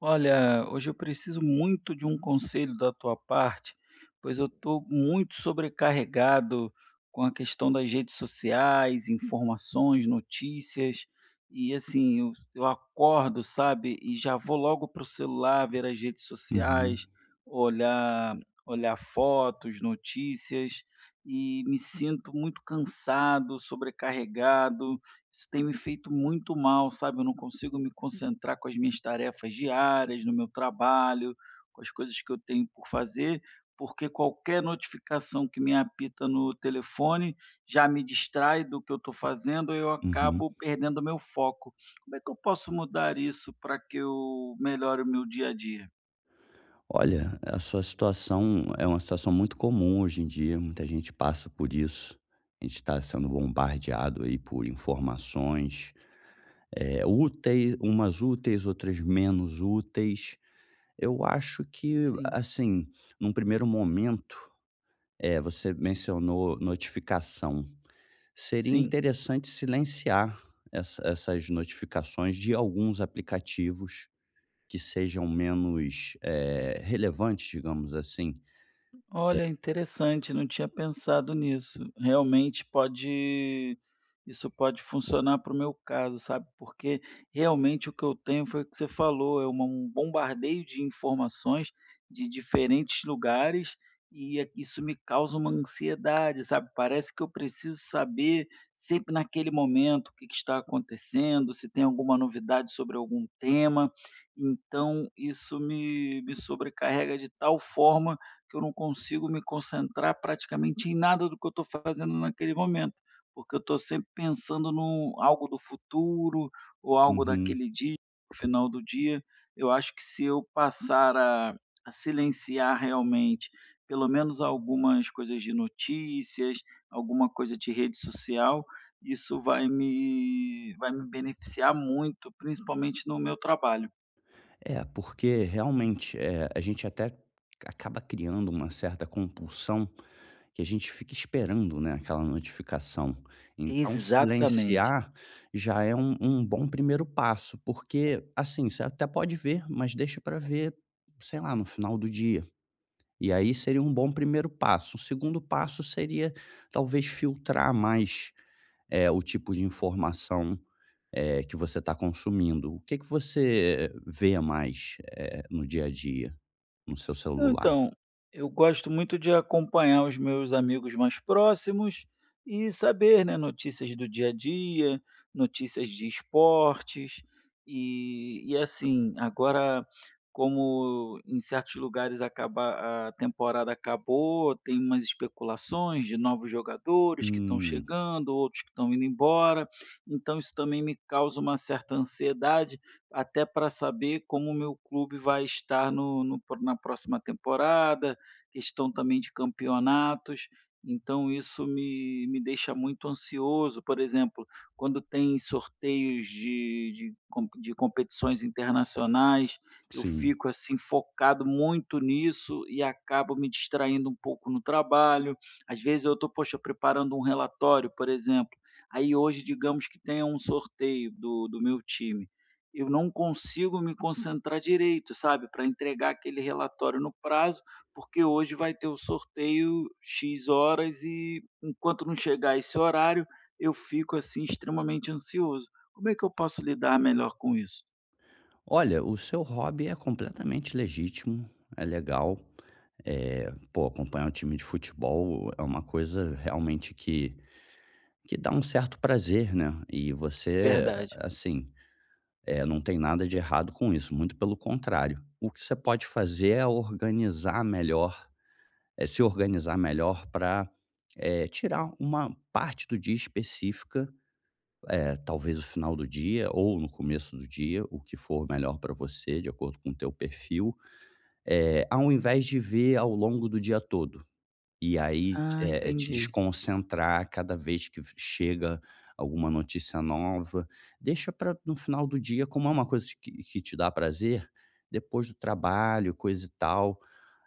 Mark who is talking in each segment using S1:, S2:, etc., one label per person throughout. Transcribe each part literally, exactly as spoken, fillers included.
S1: Olha, hoje eu preciso muito de um conselho da tua parte, pois eu estou muito sobrecarregado com a questão das redes sociais, informações, notícias. E assim, eu, eu acordo, sabe, e já vou logo para o celular ver as redes
S2: Uhum,
S1: sociais, olhar, olhar fotos, notícias, e me sinto muito cansado, sobrecarregado, isso tem me feito muito mal, sabe? Eu não consigo me concentrar com as minhas tarefas diárias, no meu trabalho, com as coisas que eu tenho por fazer, porque qualquer notificação que me apita no telefone já me distrai do que eu estou fazendo e eu
S2: uhum.
S1: acabo perdendo o meu foco. Como é que eu posso mudar isso para que eu melhore o meu dia a dia?
S2: Olha, a sua situação é uma situação muito comum hoje em dia, muita gente passa por isso. A gente está sendo bombardeado aí por informações, eh, úteis, umas úteis, outras menos úteis. Eu acho que,
S1: Sim,
S2: assim, num primeiro momento, eh, você mencionou notificação. Seria
S1: sim.
S2: interessante silenciar essa essas notificações de alguns aplicativos que sejam menos, eh, relevantes, digamos assim.
S1: Olha, interessante, não tinha pensado nisso. Realmente pode, isso pode funcionar para o meu caso, sabe? Porque realmente o que eu tenho foi o que você falou, é uma- um bombardeio de informações de diferentes lugares e é- isso me causa uma ansiedade, sabe? Parece que eu preciso saber sempre naquele momento o que que está acontecendo, se tem alguma novidade sobre algum tema. Então, isso me, me sobrecarrega de tal forma que eu não consigo me concentrar praticamente em nada do que eu estou fazendo naquele momento, porque eu estou sempre pensando num algo do futuro ou algo
S2: Uhum.
S1: daquele dia, no final do dia. Eu acho que se eu passar a a silenciar realmente, pelo menos algumas coisas de notícias, alguma coisa de rede social, isso vai me vai me beneficiar muito, principalmente no meu trabalho.
S2: É, porque realmente, eh, a gente até acaba criando uma certa compulsão que a gente fica esperando, né, aquela notificação. Então
S1: Exatamente.
S2: silenciar já é um um bom primeiro passo, porque, assim, você até pode ver, mas deixa para ver, sei lá, no final do dia. E aí seria um bom primeiro passo. O segundo passo seria talvez filtrar mais, eh, o tipo de informação eh, que você está consumindo. O que que você vê mais, eh, no dia a dia, no seu
S1: Não,
S2: celular?
S1: então, eu gosto muito de acompanhar os meus amigos mais próximos e saber, né, notícias do dia a dia, notícias de esportes e e assim, agora como em certos lugares acaba a temporada acabou, tem umas especulações de novos jogadores que estão
S2: Hum,
S1: chegando, outros que estão indo embora, então isso também me causa uma certa ansiedade até para saber como o meu clube vai estar no no pro na próxima temporada, questão também de campeonatos. Então isso me me deixa muito ansioso, por exemplo, quando tem sorteios de de com de competições internacionais, eu
S2: sim.
S1: fico, assim, focado muito nisso e acabo me distraindo um pouco no trabalho. Às vezes eu estou, poxa, preparando um relatório, por exemplo, aí hoje digamos que tenha um sorteio do do meu time, eu não consigo me concentrar direito, sabe, para entregar aquele relatório no prazo, porque hoje vai ter o sorteio X horas e enquanto não chegar esse horário, eu fico assim extremamente ansioso. Como é que eu posso lidar melhor com isso?
S2: Olha, o seu hobby é completamente legítimo, é legal. Eh, pô, acompanhar um time de futebol é uma coisa realmente que que dá um certo prazer, né. E você,
S1: Verdade.
S2: assim, eh, não tem nada de errado com isso, muito pelo contrário. O que você pode fazer é organizar melhor eh, se organizar melhor para, eh, tirar uma parte do dia específica, eh, talvez o final do dia ou no começo do dia, o que for melhor para você, de acordo com o teu perfil, eh, ao invés de ver ao longo do dia todo. E aí,
S1: Ah,
S2: eh, te
S1: entendi.
S2: desconcentrar cada vez que chega alguma notícia nova, deixa para no final do dia, como é uma coisa que que te dá prazer, depois do trabalho, coisa e tal,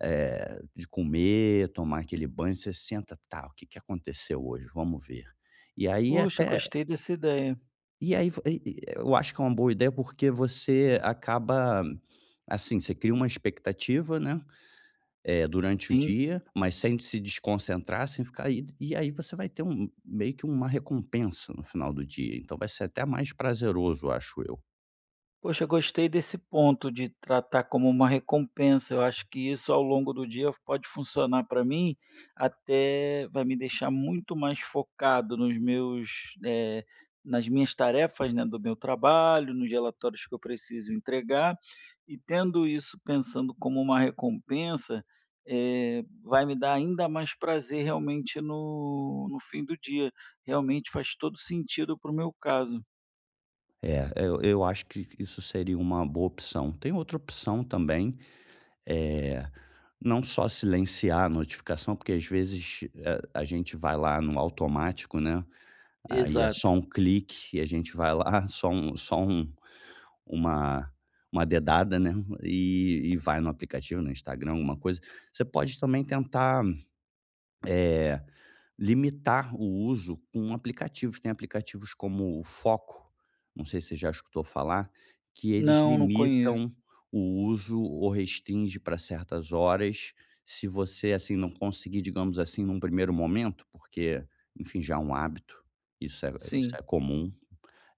S2: eh, de comer, tomar aquele banho, você senta: "Tá, o que que aconteceu hoje? Vamos ver". E aí
S1: Poxa,
S2: até
S1: gostei dessa ideia.
S2: e aí vo e e eu acho que é uma boa ideia, porque você acaba, assim, você cria uma expectativa, né, eh, durante o
S1: Sim.
S2: dia, mas sem se desconcentrar, sem ficar aí e aí você vai ter um meio que uma recompensa no final do dia, então vai ser até mais prazeroso, acho eu.
S1: Poxa, gostei desse ponto de tratar como uma recompensa. Eu acho que isso ao longo do dia pode funcionar para mim, até vai me deixar muito mais focado nos meus, eh, nas minhas tarefas, né, do meu trabalho, nos relatórios que eu preciso entregar. E tendo isso pensando como uma recompensa, eh, vai me dar ainda mais prazer realmente no, no fim do dia. Realmente faz todo sentido para o meu caso.
S2: É, eu eu acho que isso seria uma boa opção. Tem outra opção também, eh, não só silenciar a notificação, porque às vezes a a gente vai lá no automático, né, aí é só
S1: Exato.
S2: um clique e a gente vai lá, só um só um uma uma dedada, né, e e vai no aplicativo, no Instagram, alguma coisa. Você pode também tentar, eh limitar o uso com aplicativos. Tem aplicativos como o Foco, não sei se você já escutou falar, que eles
S1: Não, não conheço.
S2: limitam o uso ou restringe para certas horas. Se você, assim, não conseguir, digamos assim, num primeiro momento, porque, enfim, já é um hábito, isso é isso
S1: Sim,
S2: é comum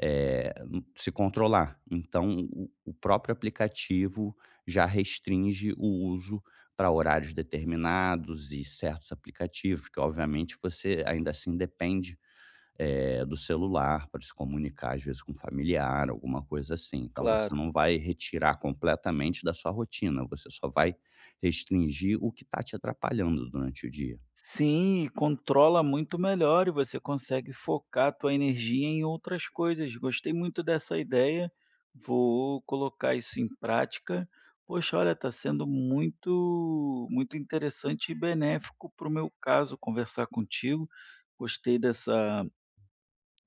S2: eh, se controlar. Então o o próprio aplicativo já restringe o uso para horários determinados e certos aplicativos, que obviamente você ainda assim depende, eh, do celular para se comunicar, às vezes, com um familiar, alguma coisa assim. Então você
S1: claro.
S2: não vai retirar completamente da sua rotina, você só vai restringir o que está te atrapalhando durante o dia.
S1: Sim, e controla muito melhor e você consegue focar a tua energia em outras coisas. Gostei muito dessa ideia, vou colocar isso em prática. Poxa, olha, está sendo muito, muito interessante e benéfico para o meu caso conversar contigo. Gostei dessa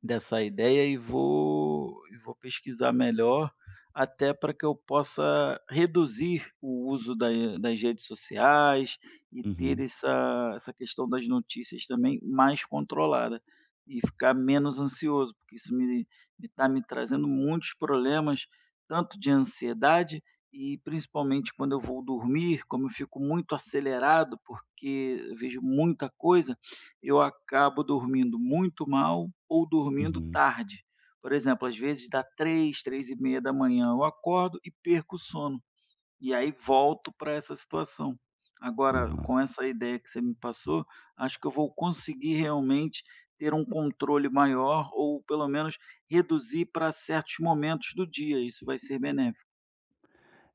S1: dessa ideia e vou e vou pesquisar melhor, até para que eu possa reduzir o uso da das redes sociais e ter
S2: Uhum,
S1: essa essa questão das notícias também mais controlada e ficar menos ansioso, porque isso me está me trazendo muitos problemas, tanto de ansiedade e principalmente quando eu vou dormir, como eu fico muito acelerado, porque eu vejo muita coisa, eu acabo dormindo muito mal ou dormindo
S2: uhum.
S1: tarde. Por exemplo, às vezes dá três, três e meia da manhã eu acordo e perco o sono, e aí volto para essa situação. Agora,
S2: Boa.
S1: com essa ideia que você me passou, acho que eu vou conseguir realmente ter um controle maior ou pelo menos reduzir para certos momentos do dia, isso vai ser benéfico.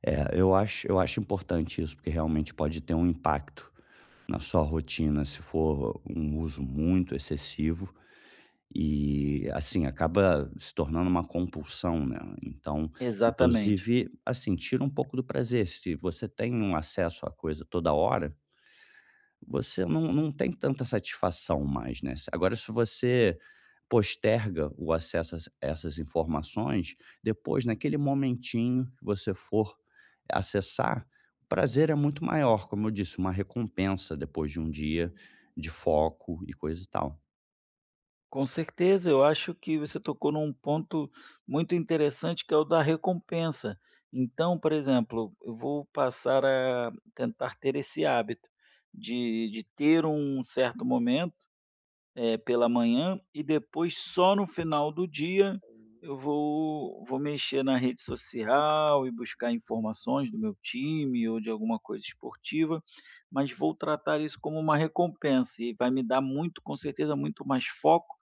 S2: É, eu acho eu acho importante isso, porque realmente pode ter um impacto na sua rotina, se for um uso muito excessivo e, assim, acaba se tornando uma compulsão, né. Então,
S1: Exatamente.
S2: inclusive, assim, tira um pouco do prazer. Se você tem um acesso à coisa toda hora, você não não tem tanta satisfação mais, né. Agora se você posterga o acesso a essa essas informações, depois naquele momentinho que você for acessar, o prazer é muito maior, como eu disse, uma recompensa depois de um dia de foco e coisa e tal.
S1: Com certeza, eu acho que você tocou num ponto muito interessante, que é o da recompensa. Então, por exemplo, eu vou passar a tentar ter esse hábito de, de ter um certo momento eh, pela manhã e depois só no final do dia eu vou, vou mexer na rede social e buscar informações do meu time ou de alguma coisa esportiva, mas vou tratar isso como uma recompensa e vai me dar muito, com certeza, muito mais foco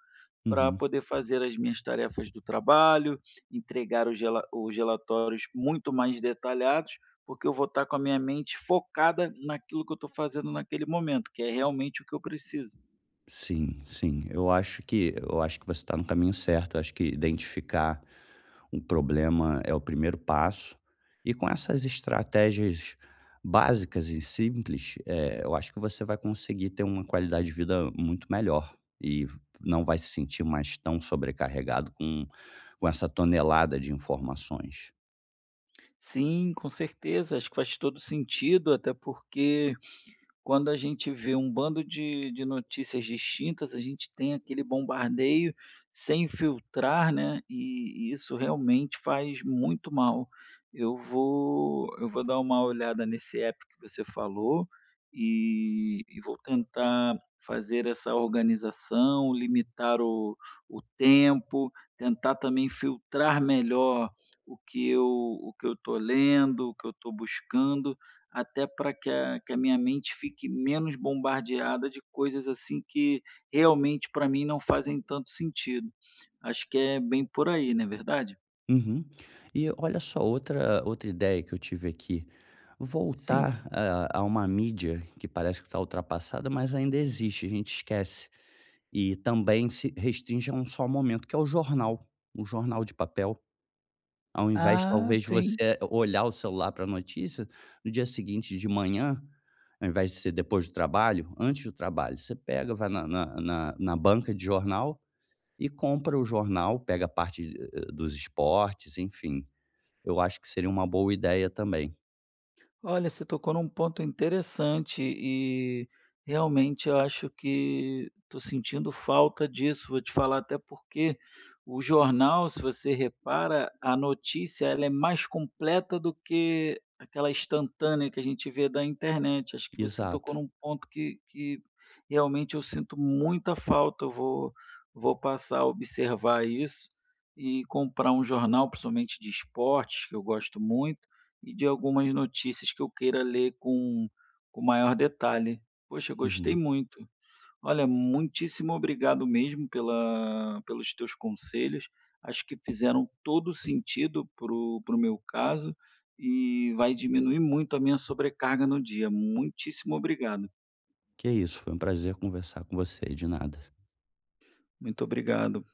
S1: para
S2: Uhum.
S1: poder fazer as minhas tarefas do trabalho, entregar os rela os relatórios muito mais detalhados, porque eu vou estar com a minha mente focada naquilo que eu estou fazendo naquele momento, que é realmente o que eu preciso.
S2: Sim, sim. Eu acho que eu acho que você está no caminho certo. Eu acho que identificar um problema é o primeiro passo. E com essas estratégias básicas e simples, eh, eu acho que você vai conseguir ter uma qualidade de vida muito melhor e não vai se sentir mais tão sobrecarregado com, com essa tonelada de informações.
S1: Sim, com certeza, acho que faz todo sentido, até porque quando a gente vê um bando de de notícias distintas, a gente tem aquele bombardeio sem filtrar, né, e e isso realmente faz muito mal. Eu vou eu vou dar uma olhada nesse app que você falou e e vou tentar fazer essa organização, limitar o o tempo, tentar também filtrar melhor o que eu o que eu estou lendo, o que eu estou buscando, até para que a que a minha mente fique menos bombardeada de coisas, assim, que realmente para mim não fazem tanto sentido. Acho que é bem por aí, não é verdade?
S2: Uhum. E olha só outra outra ideia que eu tive aqui,
S1: Sim.
S2: voltar a a uma mídia que parece que está ultrapassada, mas ainda existe, a gente esquece, e também se restringe a um só momento, que é o jornal, o jornal de papel. Ao invés,
S1: Ah,
S2: talvez, de
S1: sim.
S2: você olhar o celular para a notícia, no dia seguinte de manhã, ao invés de ser depois do trabalho, antes do trabalho, você pega, vai na na na na banca de jornal e compra o jornal, pega a parte, eh, dos esportes, enfim. Eu acho que seria uma boa ideia também.
S1: Olha, você tocou num ponto interessante e realmente eu acho que estou sentindo falta disso. Vou te falar até porque o jornal, se você repara, a notícia ela é mais completa do que aquela instantânea que a gente vê da internet. Acho que você tocou
S2: Exato.
S1: num ponto que, que realmente eu sinto muita falta. Eu vou, vou passar a observar isso e comprar um jornal, principalmente de esportes, que eu gosto muito e de algumas notícias que eu queira ler com com maior detalhe. Poxa, gostei
S2: Uhum.
S1: muito. Olha, muitíssimo obrigado mesmo pela pelos teus conselhos. Acho que fizeram todo sentido para o para o meu caso e vai diminuir muito a minha sobrecarga no dia. Muitíssimo obrigado.
S2: Que isso, foi um prazer conversar com você, de nada.
S1: Muito obrigado.